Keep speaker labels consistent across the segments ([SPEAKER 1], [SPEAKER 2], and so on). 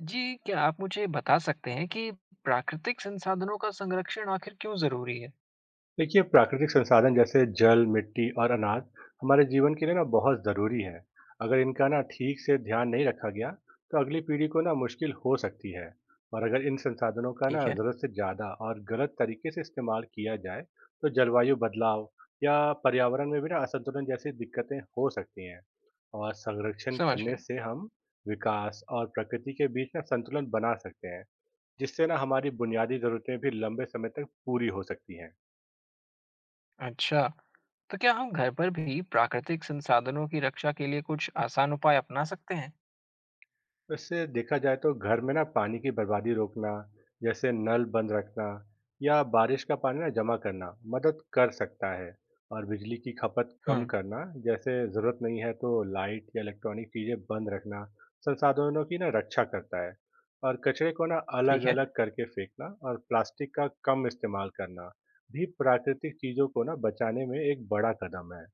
[SPEAKER 1] जी, क्या आप मुझे बता सकते हैं कि प्राकृतिक संसाधनों का संरक्षण आखिर क्यों ज़रूरी है?
[SPEAKER 2] देखिए प्राकृतिक संसाधन जैसे जल मिट्टी और अनाज हमारे जीवन के लिए ना बहुत ज़रूरी है। अगर इनका ना ठीक से ध्यान नहीं रखा गया तो अगली पीढ़ी को ना मुश्किल हो सकती है। और अगर इन संसाधनों का
[SPEAKER 1] ठीक
[SPEAKER 2] ना
[SPEAKER 1] है।
[SPEAKER 2] ज़रूरत से ज़्यादा और गलत तरीके से इस्तेमाल किया जाए तो जलवायु बदलाव या पर्यावरण में भी ना असंतुलन जैसी दिक्कतें हो सकती हैं। और संरक्षण
[SPEAKER 1] समझ
[SPEAKER 2] करने
[SPEAKER 1] गया।
[SPEAKER 2] से हम विकास और प्रकृति के बीच ना संतुलन बना सकते हैं, जिससे ना हमारी बुनियादी ज़रूरतें भी लंबे समय तक पूरी हो सकती हैं।
[SPEAKER 1] अच्छा, तो क्या हम घर पर भी प्राकृतिक संसाधनों की रक्षा के लिए कुछ आसान उपाय अपना सकते हैं?
[SPEAKER 2] वैसे देखा जाए तो घर में ना पानी की बर्बादी रोकना, जैसे नल बंद रखना या बारिश का पानी ना जमा करना, मदद कर सकता है। और बिजली की खपत कम
[SPEAKER 1] हम्म।
[SPEAKER 2] करना, जैसे ज़रूरत नहीं है तो लाइट या इलेक्ट्रॉनिक चीज़ें बंद रखना, संसाधनों की ना रक्षा करता है। और कचरे को ना अलग
[SPEAKER 1] ठीक है।
[SPEAKER 2] अलग करके फेंकना और प्लास्टिक का कम इस्तेमाल करना भी प्राकृतिक चीज़ों को ना बचाने में एक बड़ा कदम है।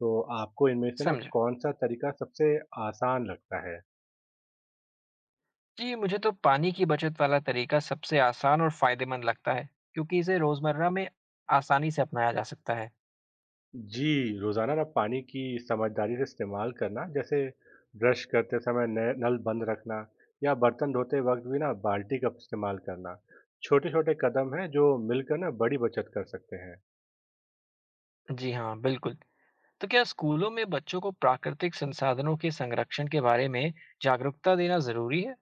[SPEAKER 2] तो आपको इनमें से ना
[SPEAKER 1] समझा।
[SPEAKER 2] कौन सा तरीका सबसे आसान लगता है?
[SPEAKER 1] जी, मुझे तो पानी की बचत वाला तरीका सबसे आसान और फायदेमंद लगता है, क्योंकि इसे रोज़मर्रा में आसानी से अपनाया जा सकता है।
[SPEAKER 2] जी, रोज़ाना ना पानी की समझदारी से इस्तेमाल करना, जैसे ब्रश करते समय नय नल बंद रखना या बर्तन धोते वक़्त भी ना बाल्टी का इस्तेमाल करना, छोटे-छोटे कदम हैं जो मिलकर ना बड़ी बचत कर सकते हैं।
[SPEAKER 1] जी हाँ, बिल्कुल। तो क्या स्कूलों में बच्चों को प्राकृतिक संसाधनों के संरक्षण के बारे में जागरूकता देना ज़रूरी है?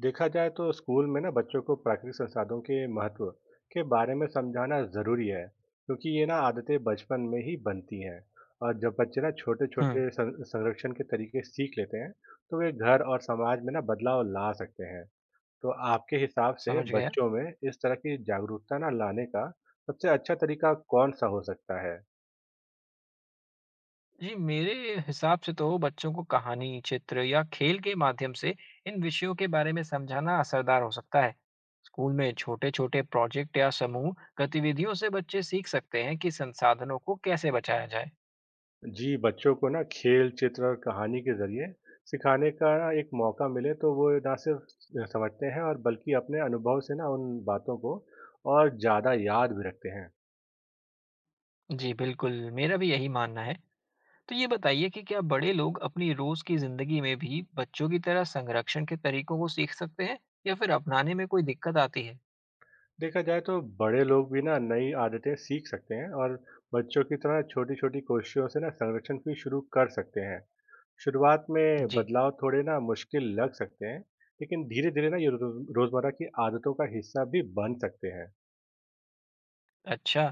[SPEAKER 2] देखा जाए तो स्कूल में ना बच्चों को प्राकृतिक संसाधनों के महत्व के बारे में समझाना ज़रूरी है, क्योंकि ये ना आदतें बचपन में ही बनती हैं। और जब बच्चे ना
[SPEAKER 1] हम्म।
[SPEAKER 2] छोटे-छोटे सं संरक्षण के तरीके सीख लेते हैं, तो वे घर और समाज में ना बदलाव ला सकते हैं। तो आपके हिसाब से
[SPEAKER 1] समझ गया।
[SPEAKER 2] बच्चों में इस तरह की जागरूकता ना लाने का सबसे अच्छा तरीका कौन सा हो सकता है?
[SPEAKER 1] जी, मेरे हिसाब से तो बच्चों को कहानी, चित्र या खेल के माध्यम से इन विषयों के बारे में समझाना असरदार हो सकता है। स्कूल में छोटे-छोटे प्रोजेक्ट या समूह गतिविधियों से बच्चे सीख सकते हैं कि संसाधनों को कैसे बचाया जाए।
[SPEAKER 2] जी, बच्चों को ना खेल, चित्र और कहानी के ज़रिए सिखाने का ना एक मौका मिले तो वो ना सिर्फ स समझते हैं और बल्कि अपने अनुभव से ना उन बातों को और ज़्यादा याद भी रखते हैं।
[SPEAKER 1] जी, बिल्कुल, मेरा भी यही मानना है। तो ये बताइए कि क्या बड़े लोग अपनी रोज़ की ज़िंदगी में भी बच्चों की तरह संरक्षण के तरीकों को सीख सकते हैं या फिर अपनाने में कोई दिक्कत आती है?
[SPEAKER 2] देखा जाए तो बड़े लोग भी ना नई आदतें सीख सकते हैं और बच्चों की तरह छोटी-छोटी कोशिशों से ना संरक्षण भी शुरू कर सकते हैं। शुरुआत में
[SPEAKER 1] जी।
[SPEAKER 2] बदलाव थोड़े ना मुश्किल लग सकते हैं, लेकिन धीरे-धीरे ना ये रोजमर्रा की आदतों का हिस्सा भी बन सकते हैं।
[SPEAKER 1] अच्छा।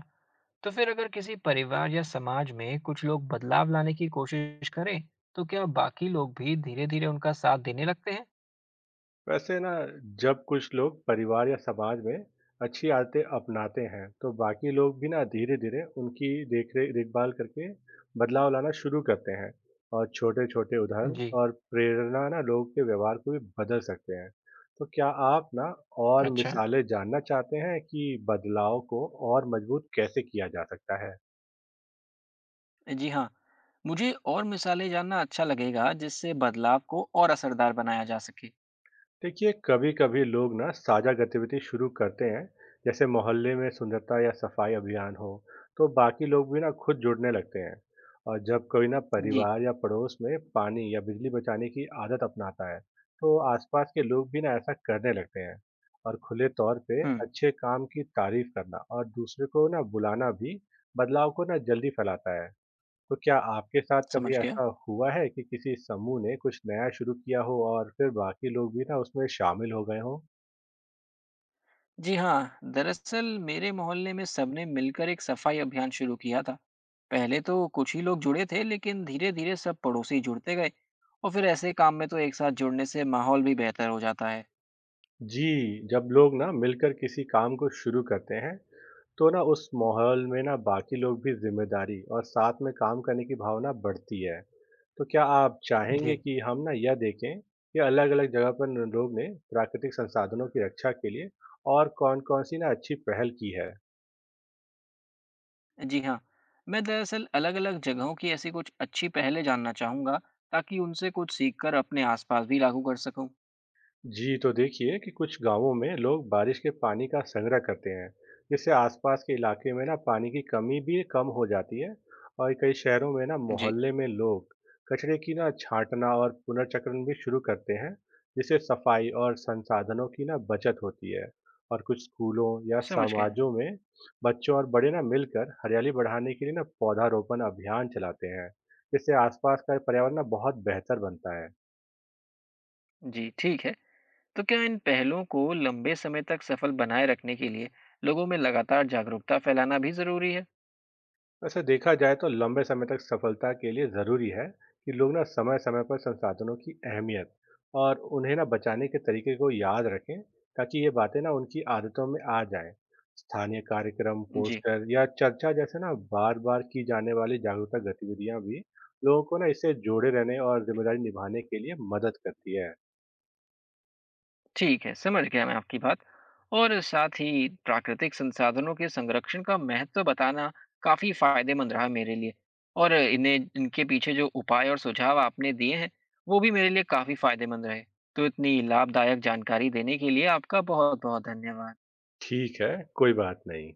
[SPEAKER 1] तो फिर अगर किसी परिवार या समाज में कुछ लोग बदलाव लाने की कोशिश करें तो क्या बाकी लोग भी धीरे धीरे उनका साथ देने लगते हैं।
[SPEAKER 2] वैसे ना जब कुछ लोग परिवार या समाज में अच्छी आदतें अपनाते हैं, तो बाकी लोग भी ना धीरे-धीरे उनकी देखभाल करके बदलाव लाना शुरू करते हैं। और छोटे-छोटे उदाहरण
[SPEAKER 1] जी।
[SPEAKER 2] और प्रेरणा ना लोगों के व्यवहार को भी बदल सकते हैं। तो क्या आप ना और
[SPEAKER 1] अच्छा।
[SPEAKER 2] मिसालें जानना चाहते हैं कि बदलाव को और मजबूत कैसे किया जा सकता है?
[SPEAKER 1] जी हाँ, मुझे और मिसालें जानना अच्छा लगेगा जिससे बदलाव को और असरदार बनाया जा सके।
[SPEAKER 2] देखिए कभी-कभी लोग ना साझा गतिविधि शुरू करते हैं, जैसे मोहल्ले में सुंदरता या सफाई अभियान हो तो बाकी लोग भी ना खुद जुड़ने लगते हैं। और जब कोई ना
[SPEAKER 1] जी।
[SPEAKER 2] परिवार या पड़ोस में पानी या बिजली बचाने की आदत अपनाता है तो आसपास के लोग भी ना ऐसा करने लगते हैं। और खुले तौर पे
[SPEAKER 1] हम्म।
[SPEAKER 2] अच्छे काम की तारीफ करना और दूसरे को ना बुलाना भी बदलाव को ना जल्दी फैलाता है। तो क्या आपके साथ कभी
[SPEAKER 1] समझ गया।
[SPEAKER 2] ऐसा हुआ है कि किसी समूह ने कुछ नया शुरू किया हो और फिर बाकी लोग भी ना उसमें शामिल हो गए हों?
[SPEAKER 1] जी हाँ, दरअसल मेरे मोहल्ले में सबने मिलकर एक सफाई अभियान शुरू किया था। पहले तो कुछ ही लोग जुड़े थे, लेकिन धीरे-धीरे सब पड़ोसी जुड़ते गए और फिर ऐसे काम में तो एक साथ जुड़ने से माहौल भी बेहतर हो जाता है।
[SPEAKER 2] जी, जब लोग ना मिलकर किसी काम को शुरू करते हैं, तो ना उस माहौल में ना बाकी लोग भी जिम्मेदारी और साथ में काम करने की भावना बढ़ती है। तो क्या आप चाहेंगे
[SPEAKER 1] जी।
[SPEAKER 2] कि हम ना यह देखें कि अलग-अलग जगह पर लोग ने प्राकृतिक संसाधनों की रक्षा के लिए और कौन-कौन सी ना अच्छी पहल की है?
[SPEAKER 1] जी हाँ, मैं दरअसल अलग-अलग जगहों की ऐसी कुछ अच्छी पहलें जानना चाहूँगा, ताकि उनसे कुछ सीखकर अपने आसपास भी लागू कर सकूँ।
[SPEAKER 2] जी, तो देखिए कि कुछ गाँवों में लोग बारिश के पानी का संग्रह करते हैं, जिससे आसपास के इलाके में ना पानी की कमी भी कम हो जाती है। और कई शहरों में ना
[SPEAKER 1] जी,
[SPEAKER 2] मोहल्ले में लोग कचरे की ना छाँटना और पुनर्चक्रण भी शुरू करते हैं, जिससे सफाई और संसाधनों की ना बचत होती है। और कुछ स्कूलों या
[SPEAKER 1] समझ गया।
[SPEAKER 2] समाजों में बच्चों और बड़े ना मिलकर हरियाली बढ़ाने के लिए ना पौधारोपण अभियान चलाते हैं, जिससे आसपास का पर्यावरण ना बहुत बेहतर बनता है।
[SPEAKER 1] जी, ठीक है। तो क्या इन पहलों को लंबे समय तक सफल बनाए रखने के लिए लोगों में लगातार जागरूकता फैलाना भी ज़रूरी है?
[SPEAKER 2] वैसे देखा जाए तो लंबे समय तक सफलता के लिए ज़रूरी है कि लोग ना समय समय पर संसाधनों की अहमियत और उन्हें ना बचाने के तरीके को याद रखें, ताकि ये बातें ना उनकी आदतों में आ जाएं। स्थानीय कार्यक्रम
[SPEAKER 1] जी।
[SPEAKER 2] पोस्टर या चर्चा जैसे ना बार बार की जाने वाली जागरूकता गतिविधियां भी लोगों को ना इससे जोड़े रहने और जिम्मेदारी निभाने के लिए मदद करती है।
[SPEAKER 1] ठीक है, समझ गया मैं आपकी बात। और साथ ही प्राकृतिक संसाधनों के संरक्षण का महत्व बताना काफ़ी फ़ायदेमंद रहा मेरे लिए और इन्हें इनके पीछे जो उपाय और सुझाव आपने दिए हैं, वो भी मेरे लिए काफ़ी फ़ायदेमंद रहे। तो इतनी लाभदायक जानकारी देने के लिए आपका बहुत-बहुत धन्यवाद।
[SPEAKER 2] ठीक है, कोई बात नहीं।